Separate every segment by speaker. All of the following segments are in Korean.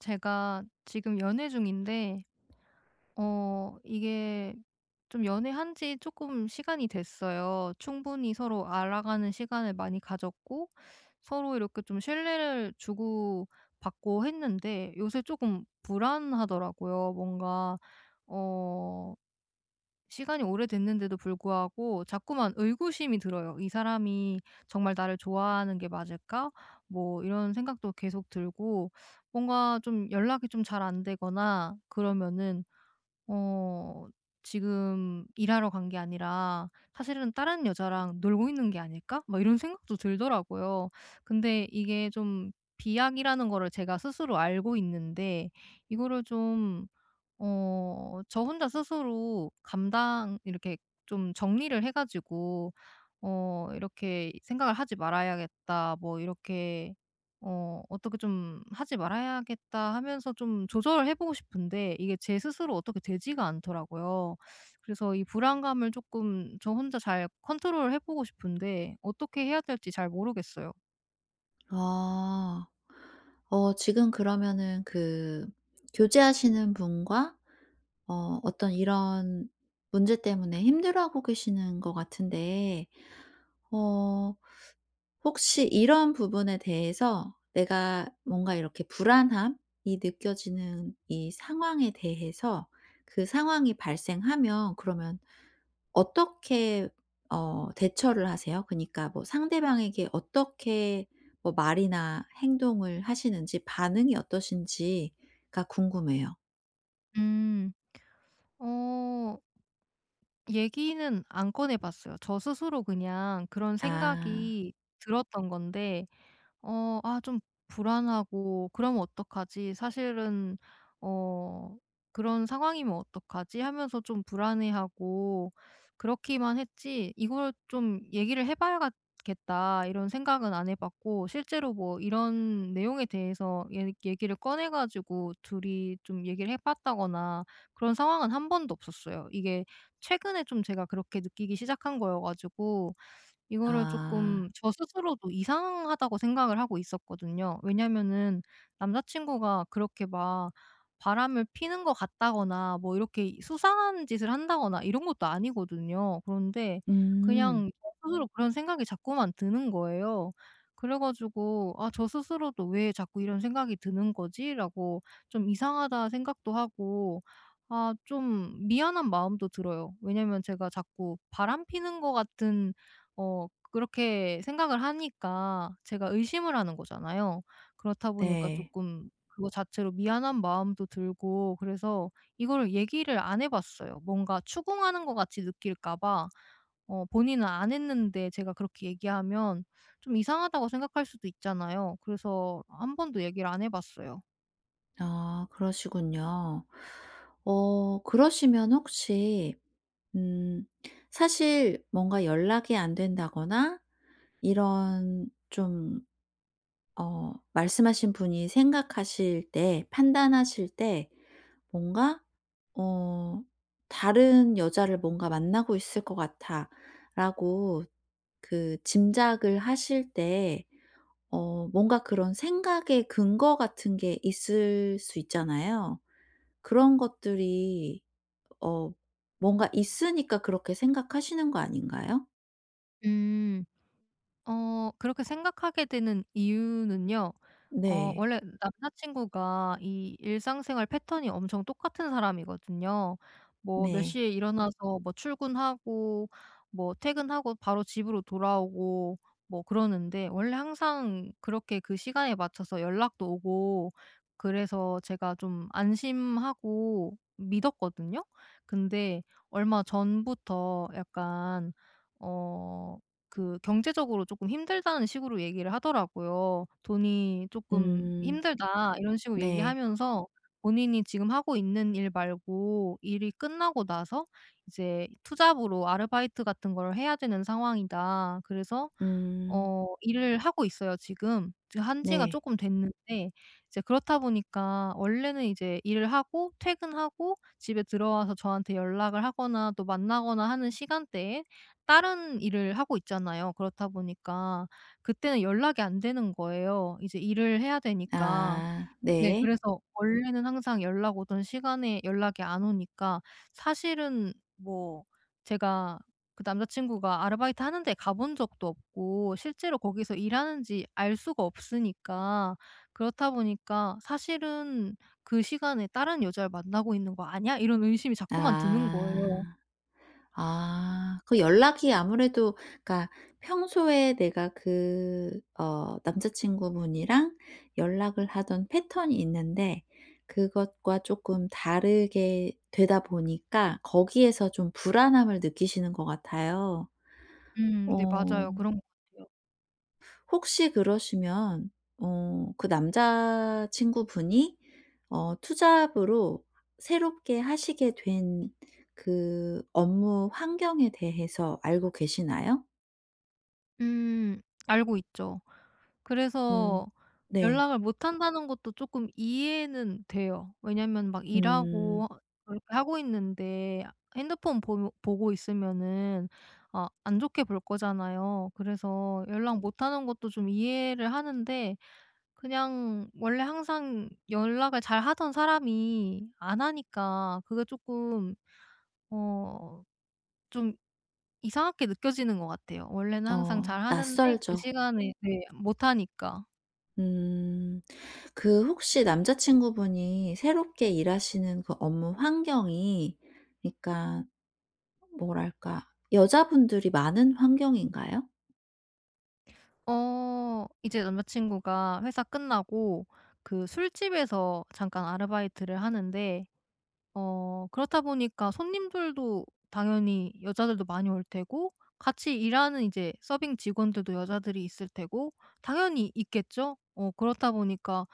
Speaker 1: 제가 지금 연애 중인데 이게 좀 연애한 지 조금 시간이 됐어요. 충분히 서로 알아가는 시간을 많이 가졌고 서로 이렇게 좀 신뢰를 주고받고 했는데 요새 조금 불안하더라고요. 뭔가 어 시간이 오래됐는데도 불구하고 자꾸만 의구심이 들어요. '이 사람이 정말 나를 좋아하는 게 맞을까?' 뭐 이런 생각도 계속 들고 뭔가 좀 연락이 좀 잘 안 되거나 그러면은 어 지금 일하러 간 게 아니라 '사실은 다른 여자랑 놀고 있는 게 아닐까?' 막 이런 생각도 들더라고요. 근데 이게 좀 비약이라는 거를 제가 스스로 알고 있는데, 이거를 좀 저 혼자 스스로 감당, 이렇게 좀 정리를 해 가지고 이렇게 '생각을 하지 말아야겠다.' 뭐 이렇게 '어떻게 좀 하지 말아야겠다.' 하면서 좀 조절해 을 보고 싶은데, 이게 제 스스로 어떻게 되지가 않더라고요. 그래서 이 불안감을 조금 저 혼자 잘 컨트롤해 보고 싶은데 어떻게 해야 될지 잘 모르겠어요.
Speaker 2: 아. 지금 그러면은 교제하시는 분과 어떤 이런 문제 때문에 힘들어하고 계시는 것 같은데 어 혹시 이런 부분에 대해서 내가 뭔가 이렇게 불안함이 느껴지는 이 상황에 대해서 그 상황이 발생하면 그러면 어떻게 대처를 하세요? 그니까 러뭐 상대방에게 어떻게 뭐 말이나 행동을 하시는지 반응이 어떠신지가 궁금해요.
Speaker 1: 음. 어. 얘기는 안 꺼내 봤어요. 저 스스로 그냥 그런
Speaker 2: 아.
Speaker 1: 생각이 들었던 건데 아 좀 불안하고, '그러면 어떡하지? 사실은 어 그런 상황이면 어떡하지?' 하면서 좀 불안해하고, 그렇기만 했지 '이걸 좀 얘기를 해 봐야겠다.' 이런 생각은 안 해 봤고, 실제로 뭐 이런 내용에 대해서 얘 얘기를 꺼내 가지고 둘이 좀 얘기를 해 봤다거나 그런 상황은 한 번도 없었어요. 이게 최근에 좀 제가 그렇게 느끼기 시작한 거여 가지고, 이거를
Speaker 2: 아.
Speaker 1: 조금 저 스스로도 이상하다고 생각을 하고 있었거든요. 왜냐면은 남자 친구가 그렇게 막 바람을 피는 것 같다거나 뭐 이렇게 수상한 짓을 한다거나 이런 것도 아니거든요. 그런데
Speaker 2: 음.
Speaker 1: 그냥 저 스스로 그런 생각이 자꾸만 드는 거예요. 그래 가지고 '아 저 스스로도 왜 자꾸 이런 생각이 드는 거지?'라고 좀 이상하다 생각도 하고, 아 좀 미안한 마음도 들어요. 왜냐면 제가 자꾸 바람 피는 것 같은 그렇게 생각을 하니까 제가 의심을 하는 거잖아요. 그렇다 보니까
Speaker 2: 네.
Speaker 1: 조금 그거 자체로 미안한 마음도 들고, 그래서 이거를 얘기를 안 해 봤어요. 뭔가 추궁하는 것 같이 느낄까 봐. 본인은 안 했는데 제가 그렇게 얘기하면 좀 이상하다고 생각할 수도 있잖아요. 그래서 한 번도 얘기를 안 해 봤어요.
Speaker 2: 아, 그러시군요. 그러시면 혹시 음 사실 뭔가 연락이 안 된다거나 이런 좀 말씀하신 분이 생각하실 때 판단하실 때 뭔가 어 '다른 여자를 뭔가 만나고 있을 것 같아.'라고 그 짐작을 하실 때 뭔가 그런 생각의 근거 같은 게 있을 수 있잖아요. 그런 것들이 어 뭔가 있으니까 그렇게 생각하시는 거 아닌가요?
Speaker 1: 음. 그렇게 생각하게 되는 이유는요,
Speaker 2: 네.
Speaker 1: 원래 남자친구가 이 일상생활 패턴이 엄청 똑같은 사람이거든요. 뭐 몇
Speaker 2: 네.
Speaker 1: 시에 일어나서 뭐 출근하고 뭐 퇴근하고 바로 집으로 돌아오고 뭐 그러는데, 원래 항상 그렇게 그 시간에 맞춰서 연락도 오고 그래서 제가 좀 안심하고 믿었거든요. 근데 얼마 전부터 약간 어 그 경제적으로 조금 힘들다는 식으로 얘기를 하더라고요. "돈이 조금
Speaker 2: 음.
Speaker 1: 힘들다." 이런 식으로
Speaker 2: 네.
Speaker 1: 얘기하면서, 본인이 지금 하고 있는 일 말고 일이 끝나고 나서 이제 투잡으로 아르바이트 같은 걸 해야 되는 상황이다. 그래서
Speaker 2: 음.
Speaker 1: 일을 하고 있어요 지금. 지금 한 지가
Speaker 2: 네.
Speaker 1: 쪼끔 됐는데, 이제 그렇다 보니까 원래는 이제 일을 하고 퇴근하고 집에 들어와서 저한테 연락을 하거나 또 만나거나 하는 시간대에 다른 일을 하고 있잖아요. 그렇다 보니까 그때는 연락이 안 되는 거예요, 이제 일을 해야 되니까.
Speaker 2: 아,
Speaker 1: 네.
Speaker 2: 네.
Speaker 1: 그래서 원래는 항상 연락 오던 시간에 연락이 안 오니까, 사실은 뭐 제가 그 남자 친구가 아르바이트 하는 데 가본 적도 없고 실제로 거기서 일하는지 알 수가 없으니까, 그렇다 보니까 '사실은 그 시간에 다른 여자를 만나고 있는 거 아니야?' 이런 의심이 자꾸만 드는 거예요.
Speaker 2: 아. 아, 그 연락이 아무래도, 그러니까 평소에 내가 그 남자친구분이랑 연락을 하던 패턴이 있는데 그것과 조금 다르게 되다 보니까 거기에서 좀 불안함을 느끼시는 것 같아요.
Speaker 1: 음. 네 맞아요.
Speaker 2: 어.
Speaker 1: 그런 것 같아요.
Speaker 2: 혹시 그러시면 그 남자 친구분이 투잡으로 새롭게 하시게 된 그 업무 환경에 대해서 알고 계시나요?
Speaker 1: 음. 알고 있죠.
Speaker 2: 음.
Speaker 1: 그래서
Speaker 2: 네.
Speaker 1: 연락을 못 한다는 것도 조금 이해는 돼요. 왜냐면 막
Speaker 2: 음.
Speaker 1: 일하고 그렇게 하고 있는데 핸드폰 보 보고 있으면은 아 안 좋게 볼 거잖아요. 그래서 연락 못 하는 것도 좀 이해를 하는데, 그냥 원래 항상 연락을 잘 하던 사람이 안 하니까 그게 조금 어 좀 이상하게 느껴지는 것 같아요. 원래는 항상
Speaker 2: 어,
Speaker 1: 잘하는데 그
Speaker 2: 낯설죠.
Speaker 1: 시간에, 네, 못 하니까.
Speaker 2: 음. 그 혹시 남자 친구분이 새롭게 일하시는 그 업무 환경이, 그러니까 뭐랄까, 여자분들이 많은 환경인가요?
Speaker 1: 이제 남자친구가 회사 끝나고 그 술집에서 잠깐 아르바이트를 하는데, 그렇다 보니까 손님들도 당연히 여자들도 많이 올 테고, 같이 일하는 이제 서빙 직원들도 여자들이 있을 테고, 당연히 있겠죠. 그렇다 보니까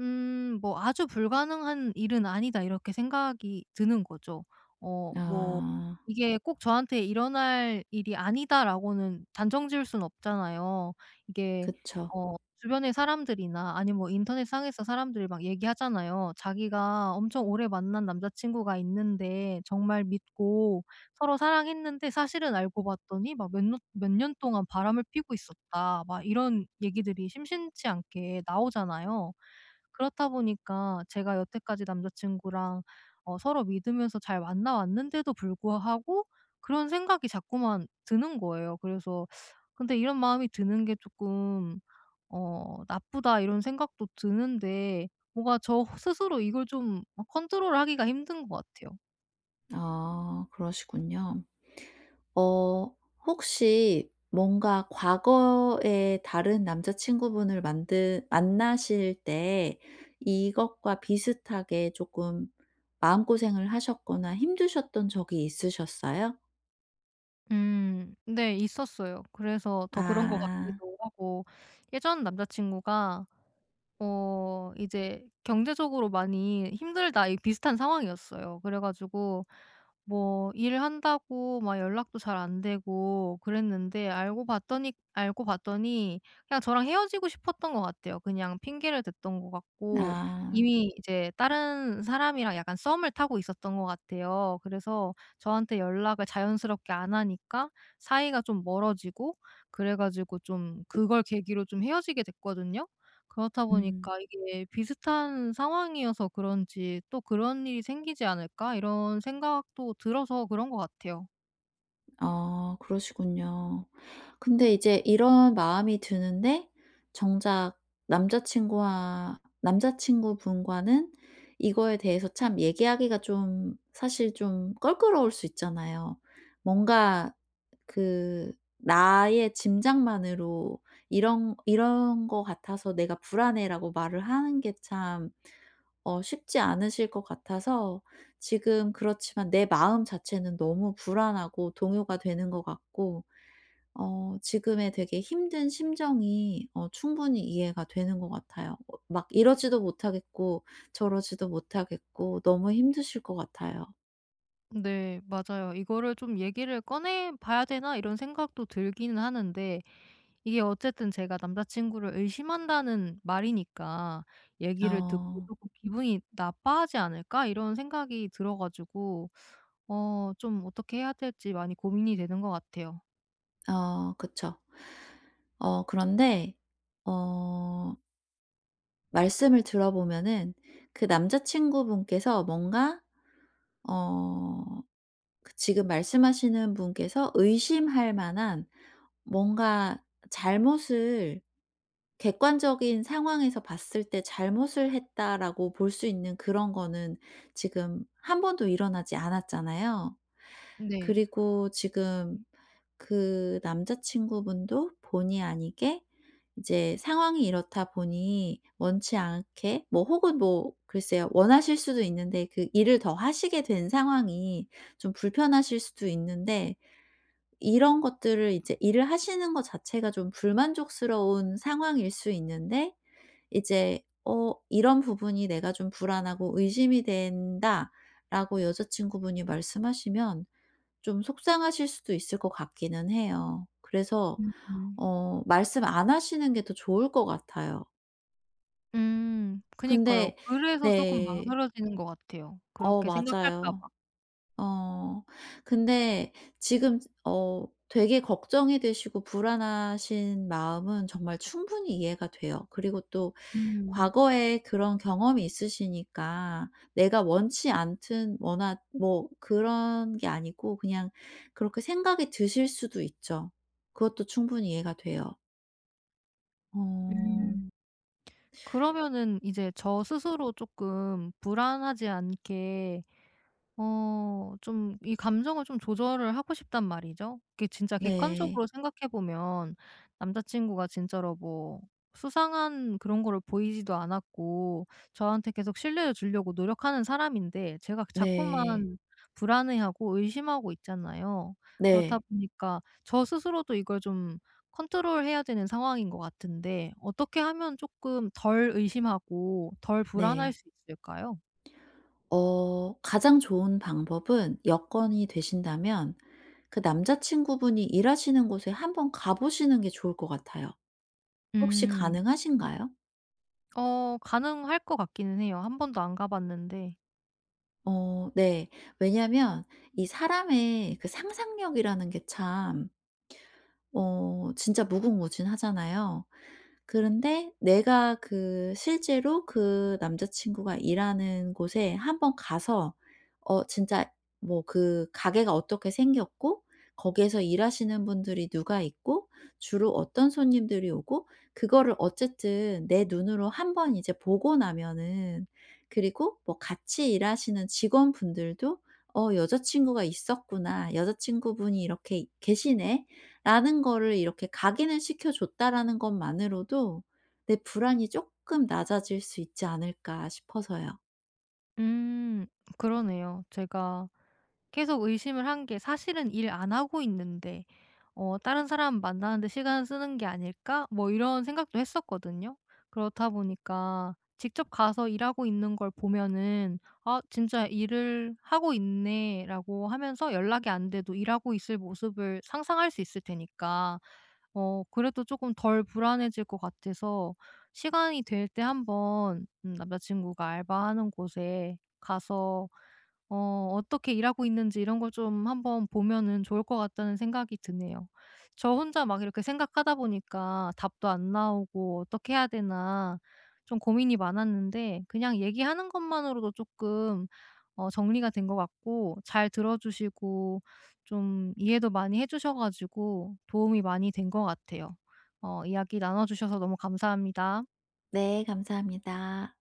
Speaker 1: 뭐 '아주 불가능한 일은 아니다.' 이렇게 생각이 드는 거죠. 뭐
Speaker 2: 아.
Speaker 1: 이게 꼭 저한테 일어날 일이 아니다라고는 단정 지을 수는 없잖아요. 이게
Speaker 2: 그쵸.
Speaker 1: 어 주변의 사람들이나 아니면 뭐 인터넷상에서 사람들이 막 얘기하잖아요. 자기가 엄청 오래 만난 남자친구가 있는데, 정말 믿고 서로 사랑했는데 사실은 알고 봤더니 막 몇 년 몇 년 동안 바람을 피고 있었다, 막 이런 얘기들이 심심치 않게 나오잖아요. 그렇다 보니까 제가 여태까지 남자친구랑 서로 믿으면서 잘 만나 왔는데도 불구하고 그런 생각이 자꾸만 드는 거예요. 그래서 근데 이런 마음이 드는 게 조금 '나쁘다.' 이런 생각도 드는데, 뭔가 저 스스로 이걸 좀 컨트롤하기가 힘든 것 같아요.
Speaker 2: 아, 그러시군요. 어 혹시 뭔가 과거에 다른 남자친구분을 만드 만나실 때 이것과 비슷하게 조금 마음고생을 하셨거나 힘드셨던 적이 있으셨어요?
Speaker 1: 음 네 있었어요. 그래서 더 그런 것
Speaker 2: 아.
Speaker 1: 같기도 하고. 예전 남자 친구가 이제 경제적으로 많이 힘들다, 이 비슷한 상황이었어요. 그래 가지고 뭐 일한다고 을막 연락도 잘 안 되고 그랬는데, 알고 봤더니 그냥 저랑 헤어지고 싶었던 것 같아요. 그냥 핑계를 댔던 것 같고,
Speaker 2: 아.
Speaker 1: 이미 이제 다른 사람이랑 약간 썸을 타고 있었던 것 같아요. 그래서 저한테 연락을 자연스럽게 안 하니까 사이가 좀 멀어지고, 그래 가지고 좀 그걸 계기로 좀 헤어지게 됐거든요. 그렇다
Speaker 2: 음.
Speaker 1: 보니까 이게 비슷한 상황이어서 그런지 '또 그런 일이 생기지 않을까?' 이런 생각도 들어서 그런 것 같아요.
Speaker 2: 아, 그러시군요. 근데 이제 이런 마음이 드는데 정작 남자친구와 남자친구분과는 이거에 대해서 참 얘기하기가 좀 사실 좀 껄끄러울 수 있잖아요. 뭔가 그 나의 짐작만으로 "이런 이런 거 같아서 내가 불안해."라고 말을 하는 게 참 쉽지 않으실 것 같아서 지금, 그렇지만 내 마음 자체는 너무 불안하고 동요가 되는 것 같고 지금의 되게 힘든 심정이 충분히 이해가 되는 것 같아요. 어 막 이러지도 못하겠고 저러지도 못하겠고 너무 힘드실 것 같아요.
Speaker 1: 네 맞아요. '이거를 좀 얘기를 꺼내 봐야 되나?' 이런 생각도 들기는 하는데, 이게 어쨌든 제가 남자 친구를 의심한다는 말이니까 '얘기를 듣고
Speaker 2: 어.
Speaker 1: 쪼 기분이 나빠하지 않을까?' 이런 생각이 들어 가지고 좀 어떻게 해야 될지 많이 고민이 되는 것 같아요.
Speaker 2: 어, 그쵸. 그런데 어 말씀을 들어보면은 그 남자친구분께서 뭔가 어 그 지금 말씀하시는 분께서 의심할 만한 뭔가 잘못을, 객관적인 상황에서 봤을 때 '잘못을 했다.'라고 볼 수 있는 그런 거는 지금 한 번도 일어나지 않았잖아요.
Speaker 1: 네.
Speaker 2: 그리고 지금 그 남자친구분도 본의 아니게 이제 상황이 이렇다 보니 원치 않게 뭐 혹은 뭐 글쎄요, 원하실 수도 있는데 그 일을 더 하시게 된 상황이 좀 불편하실 수도 있는데, 이런 것들을 이제 일을 하시는 것 자체가 좀 불만족스러운 상황일 수 있는데 이제 "어 이런 부분이 내가 좀 불안하고 의심이 된다."라고 여자친구분이 말씀하시면 좀 속상하실 수도 있을 것 같기는 해요. 그래서
Speaker 1: 음.
Speaker 2: 말씀 안 하시는 게 더 좋을 것 같아요.
Speaker 1: 음. 그니까요.
Speaker 2: 근데
Speaker 1: 그래서 쪼끔
Speaker 2: 네.
Speaker 1: 망설여지는 것 같아요,
Speaker 2: 어,
Speaker 1: 그렇게 생각할까
Speaker 2: 맞아요.
Speaker 1: 봐.
Speaker 2: 어. 근데 지금 되게 걱정이 되시고 불안하신 마음은 정말 충분히 이해가 돼요. 그리고 또
Speaker 1: 음.
Speaker 2: 과거에 그런 경험이 있으시니까 내가 원치 않든 원하 뭐 그런 게 아니고 그냥 그렇게 생각이 드실 수도 있죠. 그것도 충분히 이해가 돼요. 어.
Speaker 1: 음. 그러면은 이제 저 스스로 쪼끔 불안하지 않게 좀 이 감정을 좀 조절을 하고 싶단 말이죠. 이게 진짜
Speaker 2: 네.
Speaker 1: 객관적으로 생각해 보면 남자 친구가 진짜로 뭐 수상한 그런 거를 보이지도 않았고, 저한테 계속 신뢰를 주려고 노력하는 사람인데 제가
Speaker 2: 네.
Speaker 1: 자꾸만 불안해하고 의심하고 있잖아요. 그렇다
Speaker 2: 네.
Speaker 1: 보니까 저 스스로도 이걸 좀 컨트롤해야 되는 상황인 것 같은데, 어떻게 하면 조금 덜 의심하고 덜 불안할
Speaker 2: 네.
Speaker 1: 수 있을까요?
Speaker 2: 어 가장 좋은 방법은 여건이 되신다면 그 남자친구분이 일하시는 곳에 한번 가 보시는 게 좋을 것 같아요. 혹시
Speaker 1: 음.
Speaker 2: 가능하신가요?
Speaker 1: 가능할 것 같기는 해요. 한 번도 안 가 봤는데.
Speaker 2: 어, 네. 왜냐면 이 사람의 그 상상력이라는 게참 진짜 무궁무진하잖아요. 그런데 내가 그 실제로 그 남자 친구가 일하는 곳에 한번 가서 진짜 뭐 그 가게가 어떻게 생겼고, 거기에서 일하시는 분들이 누가 있고, 주로 어떤 손님들이 오고, 그거를 어쨌든 내 눈으로 한번 이제 보고 나면은, 그리고 뭐 같이 일하시는 직원분들도 '어 여자친구가 있었구나. 여자친구분이 이렇게 계시네.' 라는 거를 이렇게 각인을 시켜줬다라는 것만으로도 내 불안이 조금 낮아질 수 있지 않을까 싶어서요.
Speaker 1: 음 그러네요. 제가 계속 의심을 한 게 '사실은 일 안 하고 있는데 다른 사람 만나는데 시간 쓰는 게 아닐까?' 뭐 이런 생각도 했었거든요. 그렇다 보니까 직접 가서 일하고 있는 걸 보면은 '아 진짜 일을 하고 있네.'라고 하면서 연락이 안 돼도 일하고 있을 모습을 상상할 수 있을 테니까 그래도 조금 덜 불안해질 것 같아서, 시간이 될 때 한번 남자 친구가 알바하는 곳에 가서 어떻게 일하고 있는지 이런 걸 좀 한번 보면은 좋을 것 같다는 생각이 드네요. 저 혼자 막 이렇게 생각하다 보니까 답도 안 나오고 '어떻게 해야 되나.' 좀 고민이 많았는데, 그냥 얘기하는 것만으로도 조금 정리가 된 것 같고, 잘 들어 주시고 좀 이해도 많이 해 주셔 가지고 도움이 많이 된 것 같아요. 이야기 나눠 주셔서 너무 감사합니다.
Speaker 2: 네, 감사합니다.